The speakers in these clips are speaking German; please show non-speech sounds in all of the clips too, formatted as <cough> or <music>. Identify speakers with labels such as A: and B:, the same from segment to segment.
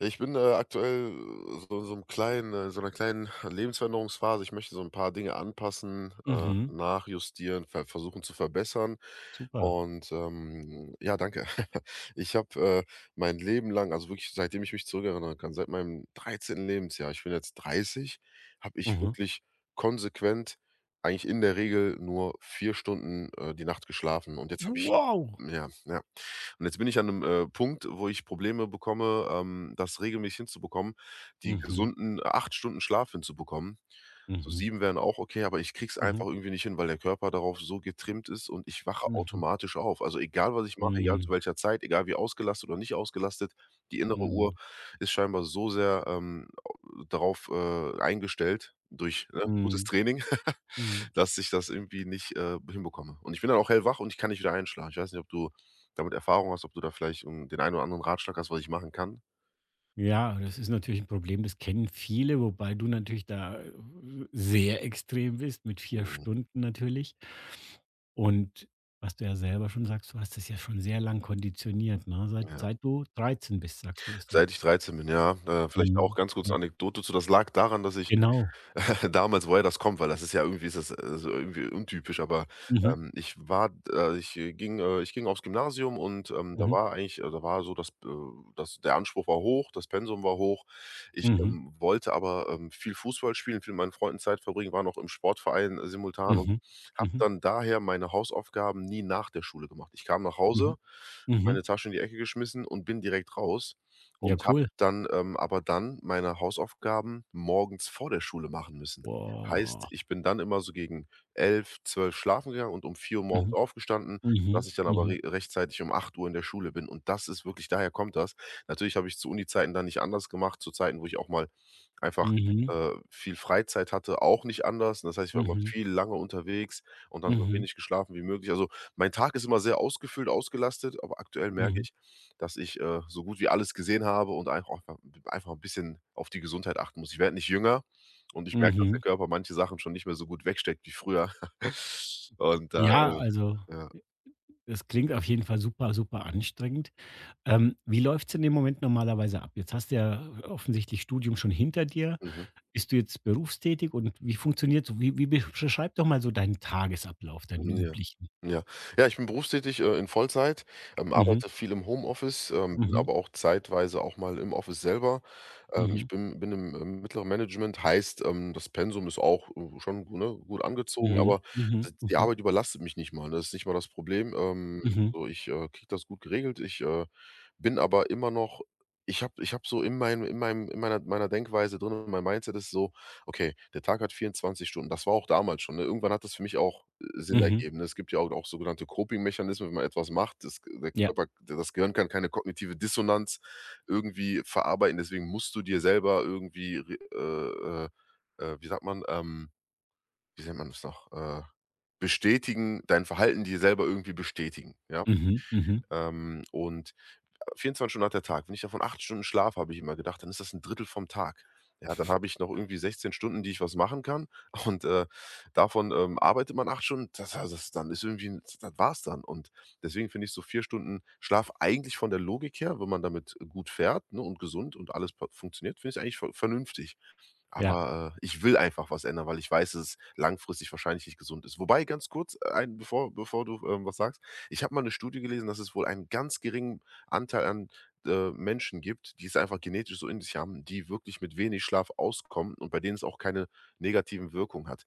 A: Ja, ich bin aktuell so in so einem kleinen so einer kleinen Lebensveränderungsphase. Ich möchte so ein paar Dinge anpassen,
B: Mhm,
A: nachjustieren, versuchen zu verbessern.
B: super.
A: Ja, danke. <laughs> Ich habe mein Leben lang, also wirklich seitdem ich mich zurückerinnern kann, seit meinem 13. Lebensjahr, ich bin jetzt 30, habe ich
B: Mhm.
A: wirklich konsequent eigentlich in der Regel nur 4 Stunden, die Nacht geschlafen. Und jetzt habe ich
B: Wow!
A: ja, ja. Und jetzt bin ich an einem Punkt, wo ich Probleme bekomme, das regelmäßig hinzubekommen, die
B: Mhm,
A: gesunden 8 Stunden Schlaf hinzubekommen. So
B: mhm,
A: 7 wären auch okay, aber ich kriege es
B: mhm,
A: einfach irgendwie nicht hin, weil der Körper darauf so getrimmt ist und ich wache
B: mhm.
A: automatisch auf. Also, egal, was ich mache, egal zu
B: Mhm,
A: welcher Zeit, egal wie ausgelastet oder nicht ausgelastet, die innere Uhr
B: mhm,
A: ist scheinbar so sehr, au darauf, eingestellt durch, ne, gutes
B: mhm,
A: Training,
B: mhm.
A: dass ich das irgendwie nicht hinbekomme. Und ich bin dann auch hellwach und ich kann nicht wieder einschlafen. Ich weiß nicht, ob du damit Erfahrung hast, ob du da vielleicht den einen oder anderen Ratschlag hast, was ich machen kann?
B: Ja, das ist natürlich ein Problem, das kennen viele, wobei du natürlich da, sehr extrem bist mit vier
A: Mhm.
B: Stunden natürlich. Und was du ja selber schon sagst, du hast das ja schon sehr lang konditioniert, ne? Seit
A: Ja.
B: seit du 13 bist, sagst du, ist das.
A: Seit ich 13 bin, ja. Vielleicht auch
B: Mhm,
A: ganz kurz
B: mhm.
A: Anekdote zu. Das lag daran, dass ich
B: Genau.
A: <laughs> damals, woher das kommt, weil das ist ja irgendwie ist das so irgendwie untypisch, aber,
B: Mhm,
A: ich war ich ging aufs Gymnasium und, da
B: mhm,
A: war eigentlich da war so, das der Anspruch war hoch, das Pensum war hoch. Ich,
B: mhm,
A: ähm, wollte aber, viel Fußball spielen, viel mit meinen Freunden Zeit verbringen, war noch im Sportverein, simultan und
B: mhm,
A: habe
B: mhm,
A: dann daher meine Hausaufgaben nie nach der Schule gemacht. Ich kam nach
B: mhm,
A: Hause, habe
B: mhm.
A: meine Tasche in die Ecke geschmissen und bin direkt raus
B: Ja,
A: und
B: cool.
A: dann meine Hausaufgaben morgens vor der Schule machen müssen. Heißt,
B: Wow.
A: ich bin dann immer so gegen 11, 12 schlafen gegangen und um 4 Uhr morgens
B: Mhm.
A: aufgestanden, dass
B: Mhm.
A: ich dann aber
B: Mhm.
A: re rechtzeitig um 8 Uhr in der Schule bin und das ist wirklich daher kommt das. Natürlich habe ich zu Uni-Zeiten dann nicht anders gemacht, zu Zeiten, wo ich auch mal einfach,
B: Mhm.
A: viel Freizeit hatte, auch nicht anders. Und das heißt, ich war immer
B: Mhm.
A: viel lange unterwegs und dann so
B: Mhm.
A: wenig geschlafen wie möglich. Also, mein Tag ist immer sehr ausgefüllt, ausgelastet, aber aktuell merke
B: Mhm.
A: ich, dass ich so gut wie alles gesehen habe und einfach auch einfach ein bisschen auf die Gesundheit achten muss. Ich werde nicht jünger und ich merke, dass der
B: Mhm.
A: Körper manche Sachen schon nicht mehr so gut wegsteckt wie früher. <laughs> Und da,
B: Ja, also,
A: äh ja,
B: das klingt auf jeden Fall super, super anstrengend. Wie läuft's in dem Moment normalerweise ab? Jetzt hast du ja offensichtlich Studium schon hinter dir.
A: mhm.
B: Bist du jetzt berufstätig und wie funktioniert so wie beschreib doch mal so deinen Tagesablauf, deinen
A: Hm, ja.
B: üblichen?
A: Ja. Ja, ich bin berufstätig, in Vollzeit,
B: Mhm.
A: arbeite viel im Homeoffice, bin
B: Mhm.
A: aber auch zeitweise auch mal im Office selber. Ich
B: Mhm.
A: bin im mittleren Management, heißt, das Pensum ist auch, schon, ne, gut angezogen,
B: Mhm.
A: aber
B: Mhm.
A: d die
B: Mhm.
A: Arbeit überlastet mich nicht mal, ne? Das ist nicht mal das Problem.
B: Mhm.
A: So, ich kriege das gut geregelt. Ich bin aber immer noch ich habe so in meinem in meinem in meiner meiner Denkweise drin, mein Mindset ist so okay, der Tag hat 24 Stunden. Das war auch damals schon, ne? Irgendwann hat das für mich auch, Sinn
B: Mhm.
A: ergeben, ne? Es gibt ja auch sogenannte Coping-Mechanismen, wenn man etwas macht. Das Ge der
B: Ja.
A: Körper, das Gehirn kann keine kognitive Dissonanz irgendwie verarbeiten, deswegen musst du dir selber irgendwie re wie sagt man, wie nennt man das noch, bestätigen, dein Verhalten dir selber irgendwie bestätigen, ja?
B: Mhm. Mhm.
A: Und 24 Stunden hat der Tag. Wenn ich davon 8 Stunden Schlaf habe ich immer gedacht, dann ist das ein Drittel vom Tag. Ja, dann habe ich noch irgendwie 16 Stunden, die ich was machen kann, <laughs> und, davon, arbeitet man 8 Stunden. Das heißt, das dann ist irgendwie 'n das war's dann und deswegen finde ich so 4 Stunden Schlaf eigentlich von der Logik her, wenn man damit gut fährt, ne, und gesund und alles pa funktioniert, finde ich eigentlich vernünftig.
B: Ja.
A: Aber, ich will einfach was ändern, weil ich weiß, dass es langfristig wahrscheinlich nicht gesund ist. Wobei ganz kurz ein bevor du, was sagst, ich habe mal eine Studie gelesen, dass es wohl einen ganz geringen Anteil an Menschen gibt, die es einfach genetisch so in sich haben, die wirklich mit wenig Schlaf auskommen und bei denen es auch keine negativen Wirkungen hat.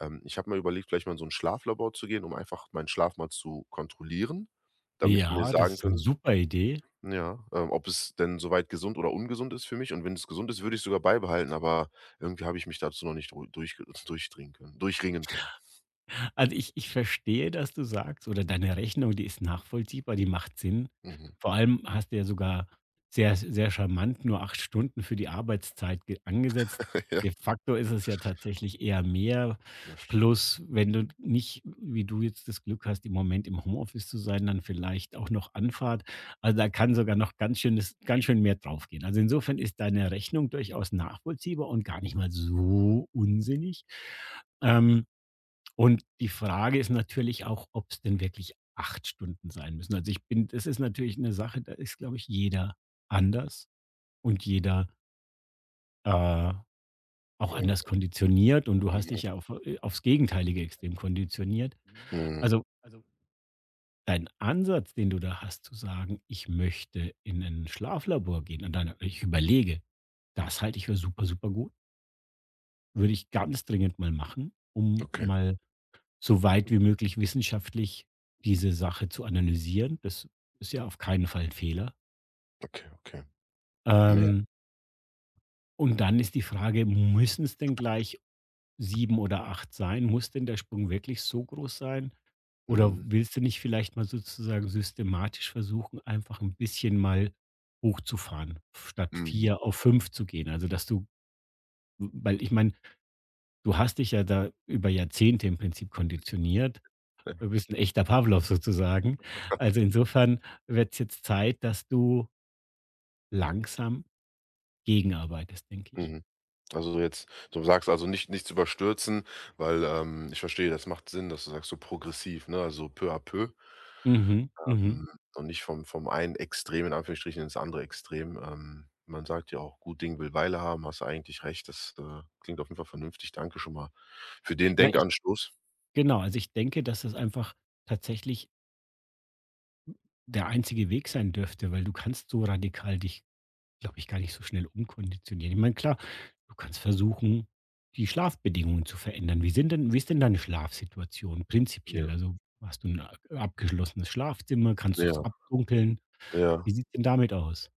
A: Ich habe mal überlegt, vielleicht mal in so ein Schlaflabor zu gehen, um einfach meinen Schlaf mal zu kontrollieren, damit die mir
B: Ja, das
A: sagen
B: ist eine
A: können
B: super Idee.
A: ja, ob es denn soweit gesund oder ungesund ist für mich, und wenn es gesund ist, würde ich's sogar beibehalten, aber irgendwie habe ich mich dazu noch nicht ru durch <laughs> durchdringen können durchringen können.
B: Also, ich verstehe, dass du sagst oder deine Rechnung, die ist nachvollziehbar, die macht Sinn.
A: Mhm.
B: Vor allem hast du ja sogar sehr sehr charmant nur 8 Stunden für die Arbeitszeit ge angesetzt. De
A: <laughs>
B: facto ist es ja tatsächlich eher mehr. Plus, wenn du nicht, wie du jetzt das Glück hast, im Moment im Homeoffice zu sein, dann vielleicht auch noch Anfahrt. Also, da kann sogar noch ganz schön mehr draufgehen. Also, insofern ist deine Rechnung durchaus nachvollziehbar und gar nicht mal so unsinnig. Ähm und die Frage ist natürlich auch, ob es denn wirklich 8 Stunden sein müssen. Also, ich bin das ist natürlich eine Sache, da ist, glaube ich, jeder anders und jeder, äh, auch
A: Ja,
B: anders
A: ja.
B: konditioniert und du hast
A: Mhm.
B: dich ja auf aufs gegenteilige Extrem konditioniert.
A: Mhm.
B: Also, dein Ansatz, den du da hast zu sagen: „Ich möchte in 'nen Schlaflabor gehen und dann ich überlege“, das halte ich für super, super gut. Würde ich ganz dringend mal machen, um
A: Okay,
B: mal so weit wie möglich wissenschaftlich diese Sache zu analysieren. Das ist ja auf keinen Fall ein Fehler.
A: okay, okay. Mehr.
B: Ähm, und dann ist die Frage, müssen es denn gleich 7 oder 8 sein? Muss denn der Sprung wirklich so groß sein? Oder
A: Mhm.
B: willst du nicht vielleicht mal sozusagen systematisch versuchen, einfach ein bisschen mal hochzufahren, statt
A: Mhm.
B: 4 auf 5 zu gehen? Also, dass du weil ich meine, du hast dich ja da über Jahrzehnte im Prinzip konditioniert.
A: Ja.
B: Du bist 'n echter Pawlow sozusagen.
A: <laughs>
B: Also, insofern wird's jetzt Zeit, dass du langsam gegenarbeitest, denke ich.
A: Mhm. Also jetzt du sagst also nichts überstürzen, weil, ich verstehe, das macht Sinn, dass du sagst so progressiv, ne, also peu à peu.
B: Mhm, mhm.
A: Mhm, und nicht vom einen Extrem in Anführungsstrichen ins andere Extrem. Man sagt ja auch: „Gut Ding will Weile haben“, hast du eigentlich recht. Das klingt auf jeden Fall vernünftig. Danke schon mal für den
B: Na, ich
A: Denkanstoß.
B: genau, also, ich denke, dass das einfach tatsächlich der einzige Weg sein dürfte, weil du kannst so radikal dich, glaube ich, gar nicht so schnell umkonditionieren. Ich meine, klar, du kannst versuchen, die Schlafbedingungen zu verändern. Wie ist denn deine Schlafsituation
A: Ja,
B: prinzipiell? Also, hast du ein abgeschlossenes Schlafzimmer? Kannst du es
A: ja,
B: abdunkeln? Wie
A: ja.
B: sieht's denn damit aus?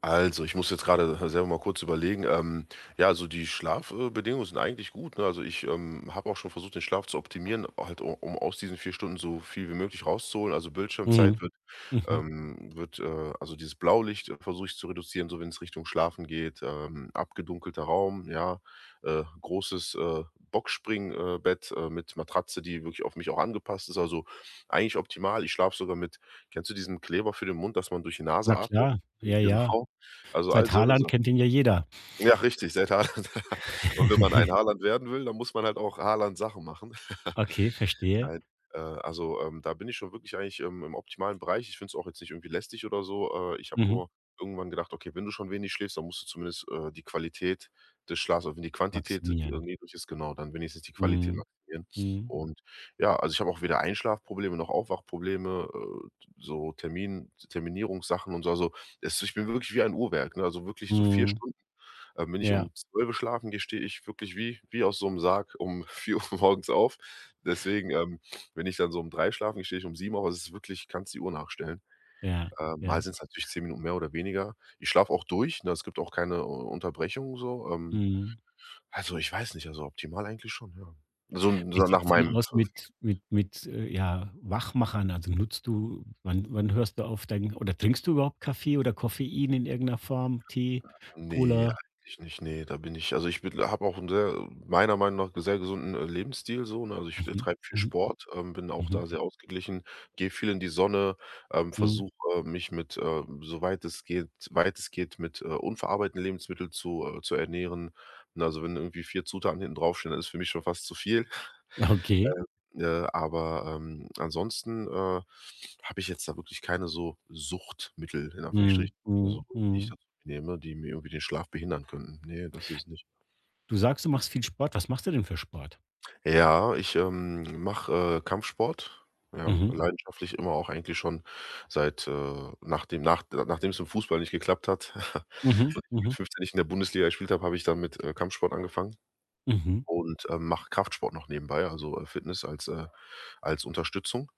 A: Also, ich muss jetzt gerade selber mal kurz überlegen. Ja, also die Schlafbedingungen sind eigentlich gut. Ne? Also ich habe auch schon versucht, den Schlaf zu optimieren, halt um, um aus diesen 4 Stunden so viel wie möglich rauszuholen. Also Bildschirmzeit
B: Mhm.
A: wird,
B: Mhm.
A: ähm, wird äh, also dieses Blaulicht versuche ich zu reduzieren, so wenn es Richtung Schlafen geht. Abgedunkelter Raum, ja, großes Boxspringbett Bett, mit Matratze, die wirklich auf mich auch angepasst ist. Also eigentlich optimal. Ich schlafe sogar mit, kennst du diesen Kleber für den Mund, dass man durch die Nase
B: Na
A: atmet?
B: klar, ja, ja.
A: Genau. Also all
B: Seit
A: so 'ne
B: Haaland kennt
A: Sachen.
B: ihn ja jeder.
A: Ja, richtig, seit Haaland. <laughs> Und wenn man ein
B: <laughs>
A: Haaland werden will, dann muss man halt auch Haaland-Sachen machen. <laughs>
B: Okay, verstehe.
A: Nein, also, da bin ich schon wirklich eigentlich, im optimalen Bereich. Ich finde es auch jetzt nicht irgendwie lästig oder so. Ich habe
B: Mhm.
A: nur irgendwann gedacht: „Okay, wenn du schon wenig schläfst, dann musst du zumindest, die Qualität des Schlafs, auch wenn die Quantität,
B: Maximian.
A: niedrig ist, genau, dann wenigstens die Qualität
B: Mhm.
A: maximieren.“
B: Mhm.
A: Und ja, also, ich habe auch weder Einschlafprobleme noch Aufwachprobleme, so Terminierungssachen und so. Also, es ich bin wirklich wie ein Uhrwerk, ne? Also, wirklich so 4
B: Mhm.
A: Stunden wenn ich
B: Ja,
A: um 12 schlafen gehe, stehe ich wirklich wie aus so einem Sarg um <laughs> 4 Uhr morgens auf. Deswegen, wenn ich dann so um 3 schlafen gehe, stehe ich um 7, auf. Also, es ist wirklich kannst die Uhr nachstellen.
B: ja, ja.
A: Mal sind es natürlich 10 Minuten mehr oder weniger. Ich schlafe auch durch, ne? Es gibt auch keine U Unterbrechung so.
B: Mhm.
A: Also, ich weiß nicht, also optimal eigentlich schon, ja. So
B: Wie
A: so nach
B: sieht's denn
A: meinem
B: aus mit mit, ja, Wachmachern? Also, nutzt du wann hörst du auf dein oder trinkst du überhaupt Kaffee oder Koffein in irgendeiner Form? Tee,
A: ne,
B: Cola?
A: eigentlich nicht, ne, da bin ich also, ich bin habe auch 'n sehr meiner Meinung nach sehr gesunden, Lebensstil so, ne? Also, ich
B: Mhm.
A: treibe viel
B: Mhm.
A: Sport, bin auch
B: Mhm.
A: da sehr ausgeglichen, gehe viel in die Sonne,
B: Mhm.
A: versuche mich mit, soweit es geht weit es geht, mit, unverarbeiteten Lebensmitteln zu ernähren. Ne, also, wenn irgendwie 4 Zutaten hinten draufstehen, dann ist für mich schon fast zu viel. <laughs>
B: Okay.
A: Aber, ansonsten, habe ich jetzt da wirklich keine so Suchtmittel in
B: Mhm.
A: Anführungsstrichen, also,
B: Mhm.
A: die ich
B: Mhm.
A: da nehme, die mir irgendwie den Schlaf behindern könnten. Ne, das ist nicht.
B: Du sagst, du machst viel Sport. Was machst du denn für Sport?
A: Ja, ich mache, Kampfsport, ja,
B: Mhm.
A: mhm, leidenschaftlich immer auch eigentlich schon seit, nachdem es im Fußball nicht geklappt hat, <laughs>
B: Mhm,
A: und ich mit
B: mhm,
A: 15 nicht in der Bundesliga gespielt habe, habe ich dann mit, Kampfsport angefangen
B: mhm,
A: und, mache Kraftsport noch nebenbei, also, Fitness als als Unterstützung.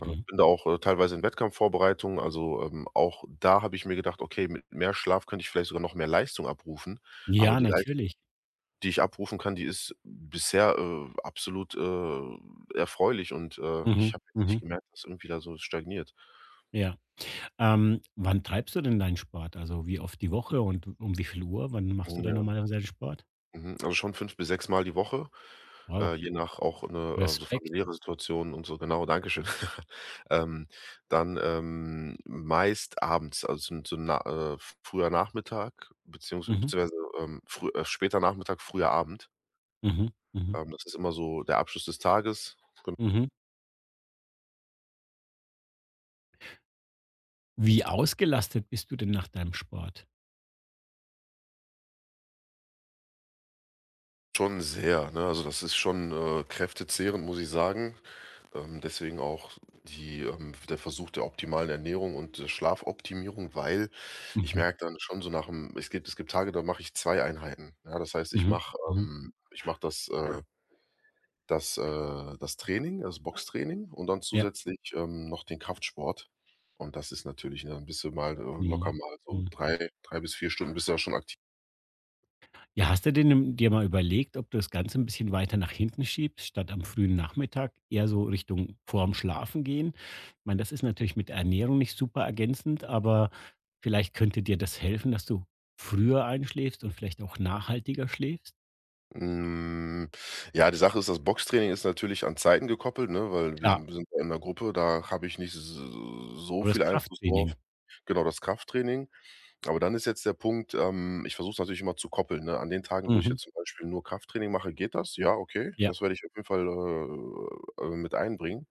A: Bin da auch, teilweise in Wettkampfvorbereitungen, also, auch da habe ich mir gedacht: „Okay, mit mehr Schlaf könnte ich vielleicht sogar noch mehr Leistung abrufen.“ Aber
B: Ja,
A: die Leistung
B: natürlich.
A: die ich abrufen kann, die ist bisher, absolut, erfreulich und, ich
B: Mhm,
A: habe jetzt nicht
B: mhm,
A: gemerkt, dass irgendwie da so stagniert.
B: ja. Wann treibst du denn deinen Sport? Also, wie oft die Woche und um wie viel Uhr? Wann machst du
A: Mhm,
B: dann
A: ja.
B: normalerweise deinen Sport?
A: Mhm. Also schon 5 bis 6 Mal die Woche,
B: Wow,
A: je nach auch eine so
B: Respekt.
A: familiäre Situation und so, genau, danke schön. <laughs> Ähm, dann meist abends, also so 'n früher Nachmittag
B: Mhm,
A: beziehungsweise, früh später Nachmittag, früher Abend.
B: mhm, mhm,
A: Das ist immer so der Abschluss des Tages.
B: mhm. Wie ausgelastet bist du denn nach deinem Sport?
A: Schon sehr, ne? Also, das ist schon, kräftezehrend, muss ich sagen. Deswegen auch die der Versuch der optimalen Ernährung und der Schlafoptimierung, weil ich
B: Mhm,
A: merke dann schon so nach'm es gibt Tage, da mache ich 2 Einheiten. Ja, das heißt, ich
B: mhm,
A: mache
B: mhm.
A: ähm, ich mache das, äh das, das Training, das Boxtraining und dann
B: Ja.
A: zusätzlich, noch den Kraftsport. Und das ist natürlich, ne dann bist du mal, locker
B: Mhm.
A: mal so
B: Mhm.
A: drei bis 4 Stunden bist du ja schon aktiv.
B: Ja, hast du denn dir mal überlegt, ob du das Ganze ein bisschen weiter nach hinten schiebst, statt am frühen Nachmittag eher so Richtung vorm Schlafen gehen? Ich meine, das ist natürlich mit der Ernährung nicht super ergänzend, aber vielleicht könnte dir das helfen, dass du früher einschläfst und vielleicht auch nachhaltiger schläfst?
A: Hm, ja, die Sache ist, das Boxtraining ist natürlich an Zeiten gekoppelt, ne, weil wir
B: Klar,
A: sind wir sind ja in einer Gruppe, da habe ich nicht s so
B: aber
A: viel
B: das
A: Einfluss drauf.
B: Krafttraining.
A: Genau, das Krafttraining. Aber dann ist jetzt der Punkt, ich versuche es natürlich immer zu koppeln, ne? An den Tagen, wo ich
B: Mhm.
A: jetzt zum Beispiel nur Krafttraining mache, geht das? Ja, okay,
B: Ja.
A: das werde ich auf jeden Fall, mit einbringen.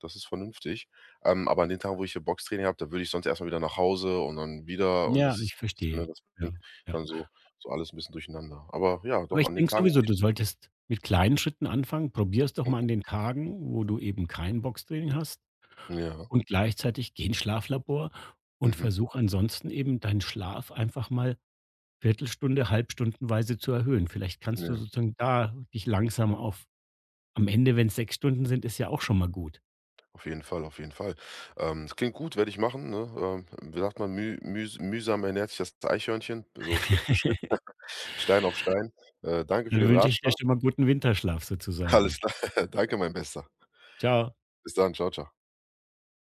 A: Das ist vernünftig. Aber an den Tagen, wo ich hier Boxtraining habe, da würde ich sonst erstmal wieder nach Hause und dann wieder und
B: Ja,
A: das ist
B: ich
A: 'n bisschen
B: verstehe.
A: ne, das bringt
B: Ja, ja.
A: dann so so alles ein bisschen durcheinander. Aber ja,
B: Aber
A: doch,
B: ich
A: an den
B: denke
A: Tagen, wo
B: sowieso, du solltest mit kleinen Schritten anfangen. Probier es doch mal an den Tagen, wo du eben kein Boxtraining hast.
A: ja,
B: Und gleichzeitig geh ins Schlaflabor und
A: mhm,
B: versuch ansonsten eben deinen Schlaf einfach mal Viertelstunde, halbstundenweise zu erhöhen. Vielleicht kannst du
A: ja,
B: sozusagen da dich langsam auf am Ende, wenn's 6 Stunden sind, ist ja auch schon mal gut.
A: auf jeden Fall, auf jeden Fall. Das klingt gut, werde ich machen, ne? Wie sagt man, mühsam ernährt sich das Eichhörnchen, so Schritt für Schritt, <laughs> Stein auf Stein. Danke für
B: Dann
A: den
B: wünsche ich dir
A: Ratschlag.
B: schon mal guten Winterschlaf
A: Alles
B: sozusagen.
A: klar. <laughs> Danke, mein Bester.
B: Tschau.
A: Bis dann. Ciao, ciao.